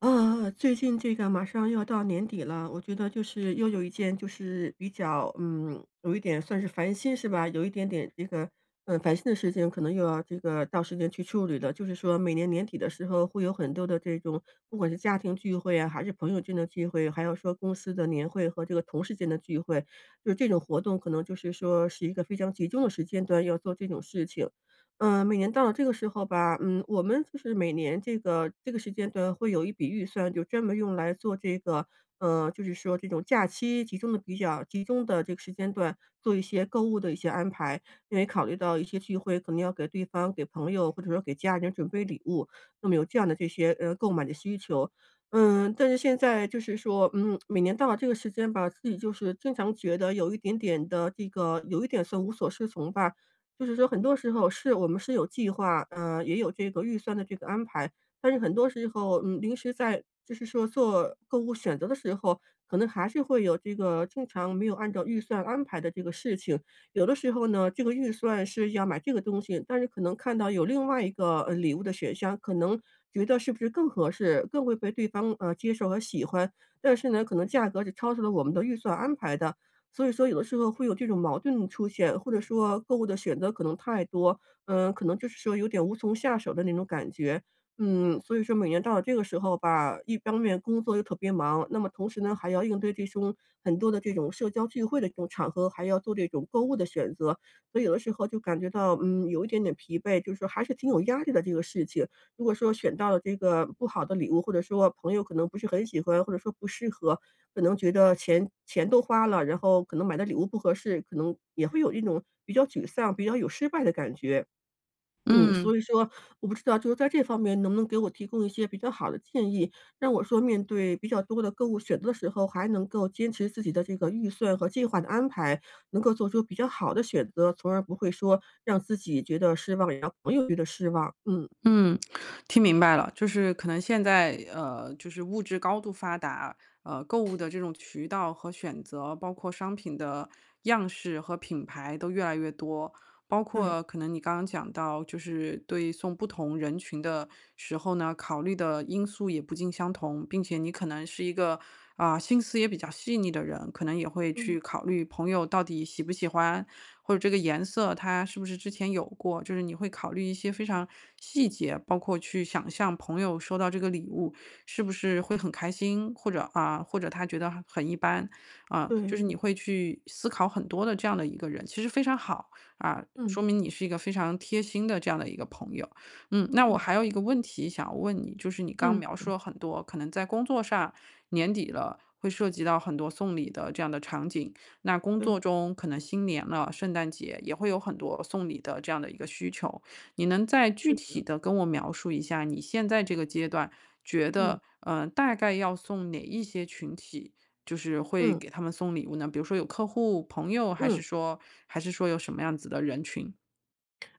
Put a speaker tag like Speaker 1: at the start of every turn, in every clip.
Speaker 1: 最近这个马上又要到年底了，我觉得就是又有一件就是比较，有一点算是烦心是吧？有一点点这个，烦心的事情可能又要这个到时间去处理了。就是说每年年底的时候会有很多的这种，不管是家庭聚会啊，还是朋友间的聚会，还要说公司的年会和这个同事间的聚会，就是这种活动可能就是说是一个非常集中的时间段要做这种事情。每年到了这个时候吧，我们就是每年这个时间段会有一笔预算，就专门用来做这个，就是说这种假期集中的比较集中的这个时间段，做一些购物的一些安排。因为考虑到一些聚会，可能要给对方、给朋友或者说给家人准备礼物，那么有这样的这些购买的需求。但是现在就是说，每年到了这个时间吧，自己就是经常觉得有一点点的这个，有一点算无所适从吧。就是说很多时候是我们是有计划，也有这个预算的这个安排，但是很多时候，临时在就是说做购物选择的时候，可能还是会有这个经常没有按照预算安排的这个事情。有的时候呢，这个预算是要买这个东西，但是可能看到有另外一个礼物的选项，可能觉得是不是更合适，更会被对方接受和喜欢，但是呢，可能价格是超出了我们的预算安排的。所以说有的时候会有这种矛盾出现，或者说购物的选择可能太多，可能就是说有点无从下手的那种感觉。所以说每年到了这个时候吧，一方面工作又特别忙，那么同时呢还要应对这种很多的这种社交聚会的这种场合，还要做这种购物的选择，所以有的时候就感觉到，有一点点疲惫，就是说还是挺有压力的这个事情。如果说选到了这个不好的礼物，或者说朋友可能不是很喜欢，或者说不适合，可能觉得钱都花了，然后可能买的礼物不合适，可能也会有一种比较沮丧、比较有失败的感觉。
Speaker 2: 嗯
Speaker 1: 所以说我不知道就是在这方面能不能给我提供一些比较好的建议，让我说面对比较多的购物选择的时候，还能够坚持自己的这个预算和计划的安排，能够做出比较好的选择，从而不会说让自己觉得失望，也让朋友觉得失望。嗯，
Speaker 2: 嗯，听明白了，就是可能现在就是物质高度发达，购物的这种渠道和选择，包括商品的样式和品牌都越来越多，包
Speaker 1: 对，
Speaker 2: 括可能你刚刚讲到，就是对送不同人群的时候呢，考虑的因素也不尽相同，并且你可能是一个啊、心思也比较细腻的人，可能也会
Speaker 1: 嗯，
Speaker 2: 去考虑朋友到底喜不喜欢。或者这个颜色它是不是之前有过，就是你会考虑一些非常细节，包括去想象朋友收到这个礼物是不是会很开心，或者啊，或者他觉得很一般啊，就是
Speaker 1: 对，
Speaker 2: 你会去思考很多的这样的一个人，其实非常好啊，
Speaker 1: 嗯，
Speaker 2: 说明你是一个非常贴心的这样的一个朋友。嗯，那我
Speaker 1: 嗯，
Speaker 2: 还有一个问题想要问你，就是你刚描
Speaker 1: 嗯，
Speaker 2: 述了很多可能在工作上年底了，会涉及到很多送礼的这样的场景。那工作
Speaker 1: 对，
Speaker 2: 中可能新年了，圣诞节也会有很多送礼的这样的一个需求。你能再具
Speaker 1: 是的
Speaker 2: 体的跟我描述一下你现在这个阶段觉
Speaker 1: 嗯，
Speaker 2: 得，嗯，大概要送哪一些群体，就是会
Speaker 1: 嗯，
Speaker 2: 给他们送礼物呢？比如说有客户、朋友，还是
Speaker 1: 嗯。
Speaker 2: 说有什么样子的人群？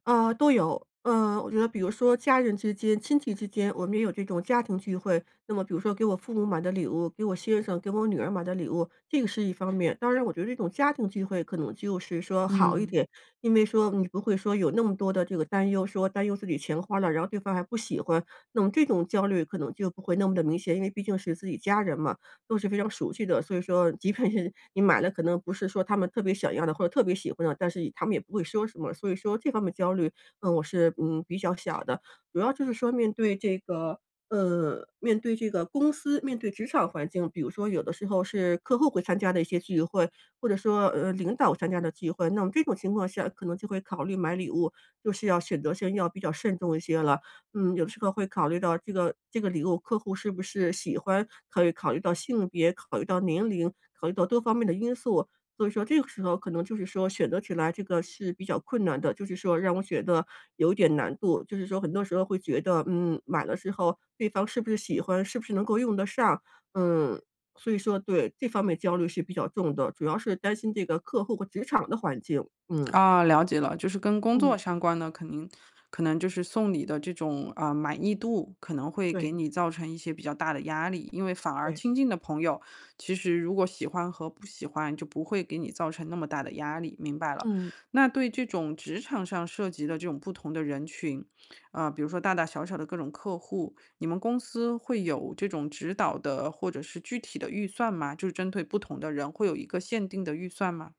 Speaker 1: 都有。我觉得比如说家人之间、亲戚之间，我们也有这种家庭聚会。那么比如说给我父母买的礼物，给我先生、给我女儿买的礼物，这个是一方面。当然，我觉得这种家庭聚会可能就是说好一
Speaker 2: 嗯。
Speaker 1: 点，因为说你不会说有那么多的这个担忧，说担忧自己钱花了，然后对方还不喜欢，那么这种焦虑可能就不会那么的明显，因为毕竟是自己家人嘛。都是非常熟悉的。所以说即便是你买了，可能不是说他们特别想要的，或者特别喜欢的，但是他们也不会说什么。所以说这方面焦虑，我是，比较小的。主要就是说面对这个公司，面对职场环境，比如说有的时候是客户会参加的一些聚会，或者说，领导参加的聚会，那么这种情况下可能就会考虑买礼物，就是要选择性要比较慎重一些了。有的时候会考虑到这个礼物客户是不是喜欢，可以考虑到性别，考虑到年龄，考虑到多方面的因素。所以说这个时候可能就是说选择起来这个是比较困难的，就是说让我觉得有点难度，就是说很多时候会觉得，买了之后对方是不是喜欢，是不是能够用得上，嗯，所以说对这方面焦虑是比较重的，主要是担心这个客户和职场的环境，嗯
Speaker 2: 啊，了解了，就是跟工
Speaker 1: 嗯，
Speaker 2: 作相关的，肯定可能就是送礼的这种啊、满意度，可能会
Speaker 1: 对
Speaker 2: 给你造成一些比较大的压力，因为反而
Speaker 1: 对，
Speaker 2: 亲近的朋友，其实如果喜欢和不喜欢，就不会给你造成那么大的压力，明白了。
Speaker 1: 嗯。
Speaker 2: 那对这种职场上涉及的这种不同的人群，啊、比如说大大小小的各种客户，你们公司会有这种指导的或者是具体的预算吗？就是针对不同的人会有一个限定的预算吗？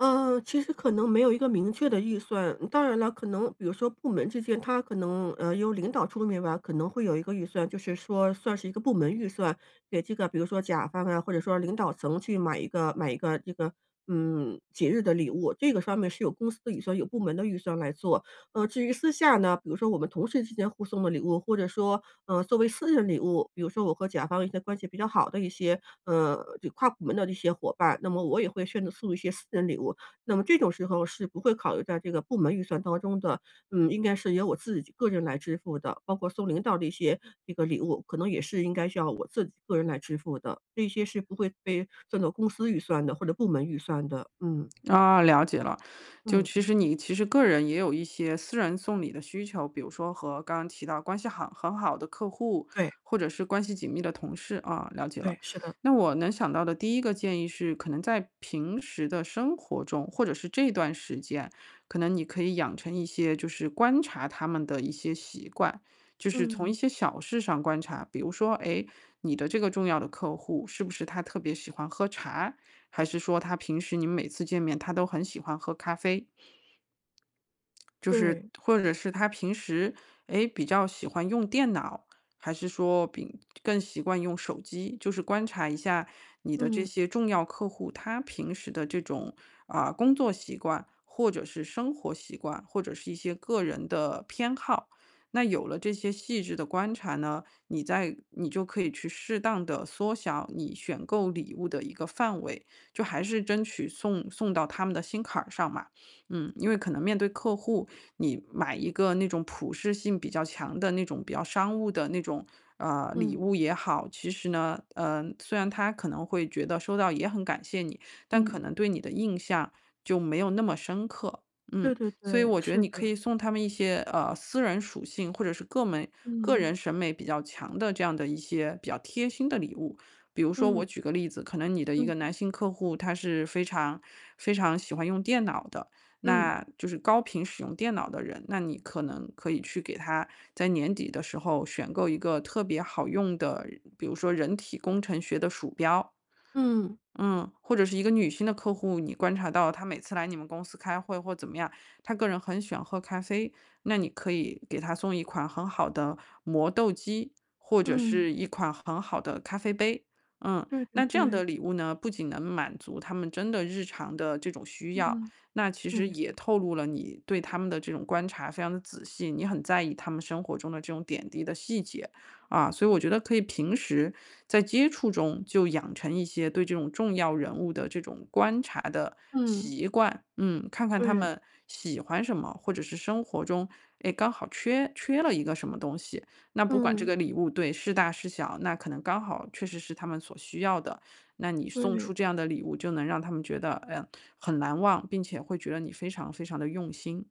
Speaker 1: 嗯，其实可能没有一个明确的预算。当然了，可能比如说部门之间，他可能由领导出面吧，可能会有一个预算，就是说算是一个部门预算，给这个比如说甲方啊，或者说领导层去买一个这个节日的礼物，这个上面是有公司的预算，有部门的预算来做。至于私下呢，比如说我们同事之间互送的礼物，或者说作为私人礼物，比如说我和甲方一些关系比较好的一些，这跨部门的一些伙伴，那么我也会选择送一些私人礼物。那么这种时候是不会考虑在这个部门预算当中的，应该是由我自己个人来支付的，包括送领导的一些这个礼物，可能也是应该需要我自己个人来支付的，这些是不会被算作公司预算的或者部门预算的。嗯，
Speaker 2: 啊，了解了。就
Speaker 1: 嗯，
Speaker 2: 其实你个人也有一些私人送礼的需求，比如说和刚刚提到关系很好的客户，
Speaker 1: 对，
Speaker 2: 或者是关系紧密的同事啊，了解
Speaker 1: 对，
Speaker 2: 了。
Speaker 1: 是的，
Speaker 2: 那我能想到的第一个建议是，可能在平时的生活中，或者是这段时间，可能你可以养成一些就是观察他们的一些习惯，就是从一
Speaker 1: 嗯，
Speaker 2: 些小事上观察，比如说，哎，你的这个重要的客户是不是他特别喜欢喝茶？还是说他平时你们每次见面，他都很喜欢喝咖啡？就是
Speaker 1: 对，
Speaker 2: 或者是他平时，诶，比较喜欢用电脑，还是说比更习惯用手机？就是观察一下你的这
Speaker 1: 嗯，
Speaker 2: 些重要客户，他平时的这种，啊，工作习惯，或者是生活习惯，或者是一些个人的偏好。那有了这些细致的观察呢，你就可以去适当的缩小你选购礼物的一个范围，就还是争取送到他们的心坎儿上嘛。嗯，因为可能面对客户，你买一个那种普适性比较强的那种比较商务的那种礼
Speaker 1: 嗯，
Speaker 2: 物也好，其实呢，呃，虽然他可能会觉得收到也很感谢你，但可
Speaker 1: 嗯，
Speaker 2: 能对你的印象就没有那么深刻。嗯，
Speaker 1: 对对
Speaker 2: 所以
Speaker 1: 对，
Speaker 2: 我觉得
Speaker 1: 是
Speaker 2: 你可
Speaker 1: 的，
Speaker 2: 以送他们一些私人属性或者是个
Speaker 1: 嗯。
Speaker 2: 人审美比较强的这样的一些比较贴心的礼物。比如说，
Speaker 1: 嗯
Speaker 2: 我举个例子，可能你的一
Speaker 1: 嗯
Speaker 2: 个男性客户他是非常喜欢用电脑的，
Speaker 1: 嗯
Speaker 2: 那就是高频使用电脑的人，那你可能可以去给他在年底的时候选购一个特别好用的，比如说人体工程学的鼠标，
Speaker 1: 嗯
Speaker 2: 嗯，或者是一个女性的客户，你观察到她每次来你们公司开会或怎么样，她个人很喜欢喝咖啡，那你可以给她送一款很好的磨豆机，或者
Speaker 1: 嗯，
Speaker 2: 是一款很好的咖啡杯。嗯，
Speaker 1: 对对
Speaker 2: 那这样
Speaker 1: 对，
Speaker 2: 的礼物呢，不仅能满足他们真的日常的这种需要，
Speaker 1: 嗯，
Speaker 2: 那其实
Speaker 1: 对，
Speaker 2: 也透露了你对他们的这种观察非常的仔细，你很在意他们生活中的这种点滴的细节。啊，所以我觉得可以平时在接触中就养成一些对这种重要人物的这种观察的
Speaker 1: 嗯，
Speaker 2: 习惯，嗯，看看他
Speaker 1: 对，
Speaker 2: 们喜欢什么，或者是生活中，哎，刚好缺了一个什么东西，那不管这
Speaker 1: 嗯。
Speaker 2: 个礼物对是大是小，那可能刚好确实是他们所需要的，那你送
Speaker 1: 对。
Speaker 2: 出这样的礼物，就能让他们觉得，嗯，很难忘，并且会觉得你非常的用心。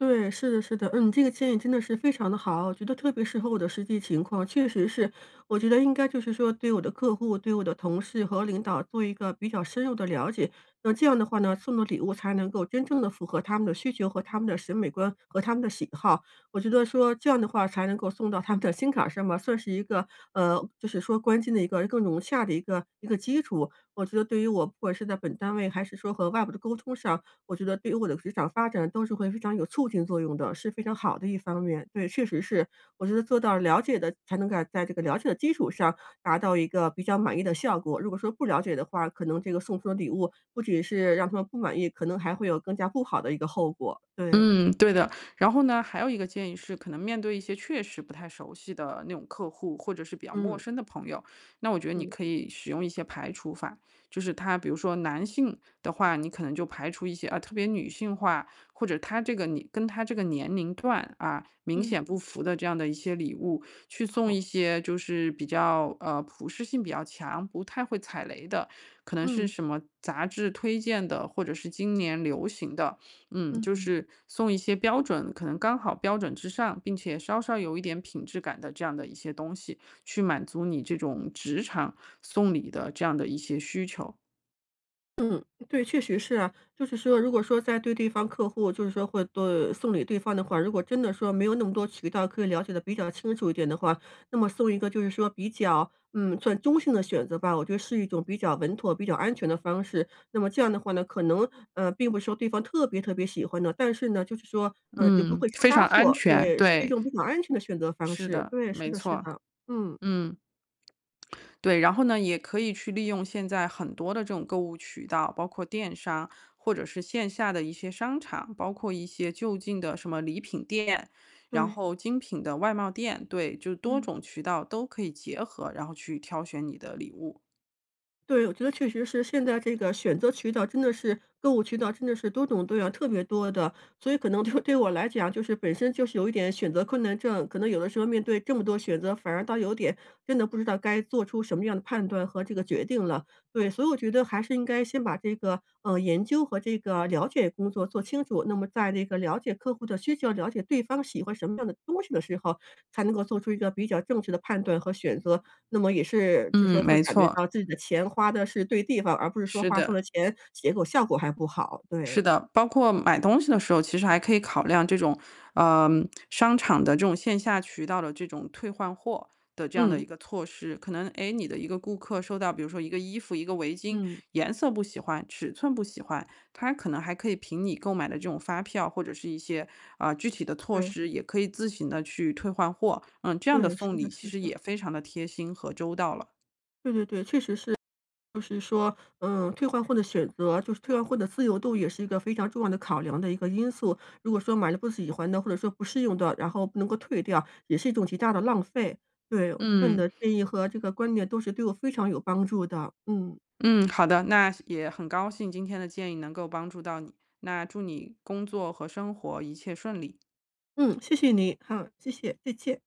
Speaker 1: 对，是的，是的，这个建议真的是非常的好，我觉得特别适合我的实际情况，确实是，我觉得应该就是说对我的客户、对我的同事和领导做一个比较深入的了解，那这样的话呢，送的礼物才能够真正的符合他们的需求和他们的审美观和他们的喜好，我觉得说这样的话才能够送到他们的心坎儿上吧，算是一个就是说关键的一个更融洽的一个基础，我觉得对于我不管是在本单位还是说和外部的沟通上。我觉得对于我的职场发展都是会非常有促进作用的，是非常好的一方面。对，确实是，我觉得做到了解的，才能够在这个了解的基础上达到一个比较满意的效果。如果说不了解的话，可能这个送出的礼物不仅是让他们不满意，可能还会有更加不好的一个后果。对，
Speaker 2: 嗯，对的。然后呢，还有一个建议是，可能面对一些确实不太熟悉的那种客户，或者是比较陌
Speaker 1: 嗯
Speaker 2: 生的朋友，那我觉得你
Speaker 1: 嗯嗯
Speaker 2: 可以使用一些排除法，就是他，比如说男性的话，你可能就排除一些啊特别女性化，或者他这个你跟他这个年龄段啊明
Speaker 1: 嗯，
Speaker 2: 显不符的这样的一些礼物，去送一
Speaker 1: 好，
Speaker 2: 些就是比较普适性比较强，不太会踩雷的，可能是
Speaker 1: 嗯
Speaker 2: 什么杂志推荐的，或者是今年流行的。嗯，就
Speaker 1: 嗯。
Speaker 2: 是送一些标准，可能刚好标准之上，并且稍稍有一点品质感的这样的一些东西，去满足你这种职场送礼的这样的一些需求。
Speaker 1: 嗯，对，确实是啊。就是说，如果说在对对方客户，就是说会对送礼对方的话，如果真的说没有那么多渠道可以了解的比较清楚一点的话，那么送一个就是说比较算中性的选择吧，我觉得是一种比较稳妥、比较安全的方式。那么这样的话呢，可能并不是说对方特别特别喜欢的，但是呢，就是说就不
Speaker 2: 嗯，
Speaker 1: 会出
Speaker 2: 非
Speaker 1: 差
Speaker 2: 常安
Speaker 1: 错，
Speaker 2: 全，
Speaker 1: 对，是一
Speaker 2: 对，
Speaker 1: 种比较安全的选择方
Speaker 2: 是
Speaker 1: 式。
Speaker 2: 的，
Speaker 1: 对，是
Speaker 2: 没
Speaker 1: 的，是
Speaker 2: 错，
Speaker 1: 的，嗯，
Speaker 2: 嗯。对，然后呢，也可以去利用现在很多的这种购物渠道，包括电商或者是线下的一些商场，包括一些就近的什么礼品店，然
Speaker 1: 对，
Speaker 2: 后精品的外贸店，对，就多
Speaker 1: 嗯。
Speaker 2: 种渠道都可以结合，然后去挑选你的礼物。
Speaker 1: 对，我觉得确实是现在这个选择渠道真的是购物渠道真的是多种多样，特别多的，所以可能就 对我来讲，就是本身就是有一点选择困难症，可能有的时候面对这么多选择，反而倒有点真的不知道该做出什么样的判断和这个决定了。对，所以我觉得还是应该先把这个研究和这个了解工作做清楚，那么在那个了解客户的需求、了解对方喜欢什么样的东西的时候，才能够做出一个比较正确的判断和选择。那么也是就说
Speaker 2: 嗯，
Speaker 1: 会
Speaker 2: 没
Speaker 1: 感觉
Speaker 2: 错，
Speaker 1: 到自己的钱花的是对地方，而不是说
Speaker 2: 是
Speaker 1: 花错
Speaker 2: 的。
Speaker 1: 了钱，结果效果还不好，对。
Speaker 2: 是的，包括买东西的时候，其实还可以考量这种，呃，商场的这种线下渠道的这种退换货的这样的一
Speaker 1: 嗯，
Speaker 2: 个措施。可能，诶，你的一个顾客收到，比如说一个衣服、一个围巾，
Speaker 1: 嗯。
Speaker 2: 颜色不喜欢，尺寸不喜欢，他可能还可以凭你购买的这种发票或者是一些啊、具体的措
Speaker 1: 对，
Speaker 2: 施，也可以自行的去退换货。嗯，这样的
Speaker 1: 对，是
Speaker 2: 送
Speaker 1: 的，
Speaker 2: 礼其
Speaker 1: 是
Speaker 2: 实
Speaker 1: 的。
Speaker 2: 也非常的贴心和周到了。
Speaker 1: 对对对，确实是，就是说，退换货的选择，就是退换货的自由度也是一个非常重要的考量的一个因素。如果说买了不喜欢的，或者说不适用的，然后不能够退掉，也是一种极大的浪费。对，我觉得你
Speaker 2: 嗯。
Speaker 1: 的建议和这个观点都是对我非常有帮助的。嗯，
Speaker 2: 嗯，好的，那也很高兴今天的建议能够帮助到你，那祝你工作和生活一切顺利。
Speaker 1: 嗯，谢谢你，好，谢谢，再见。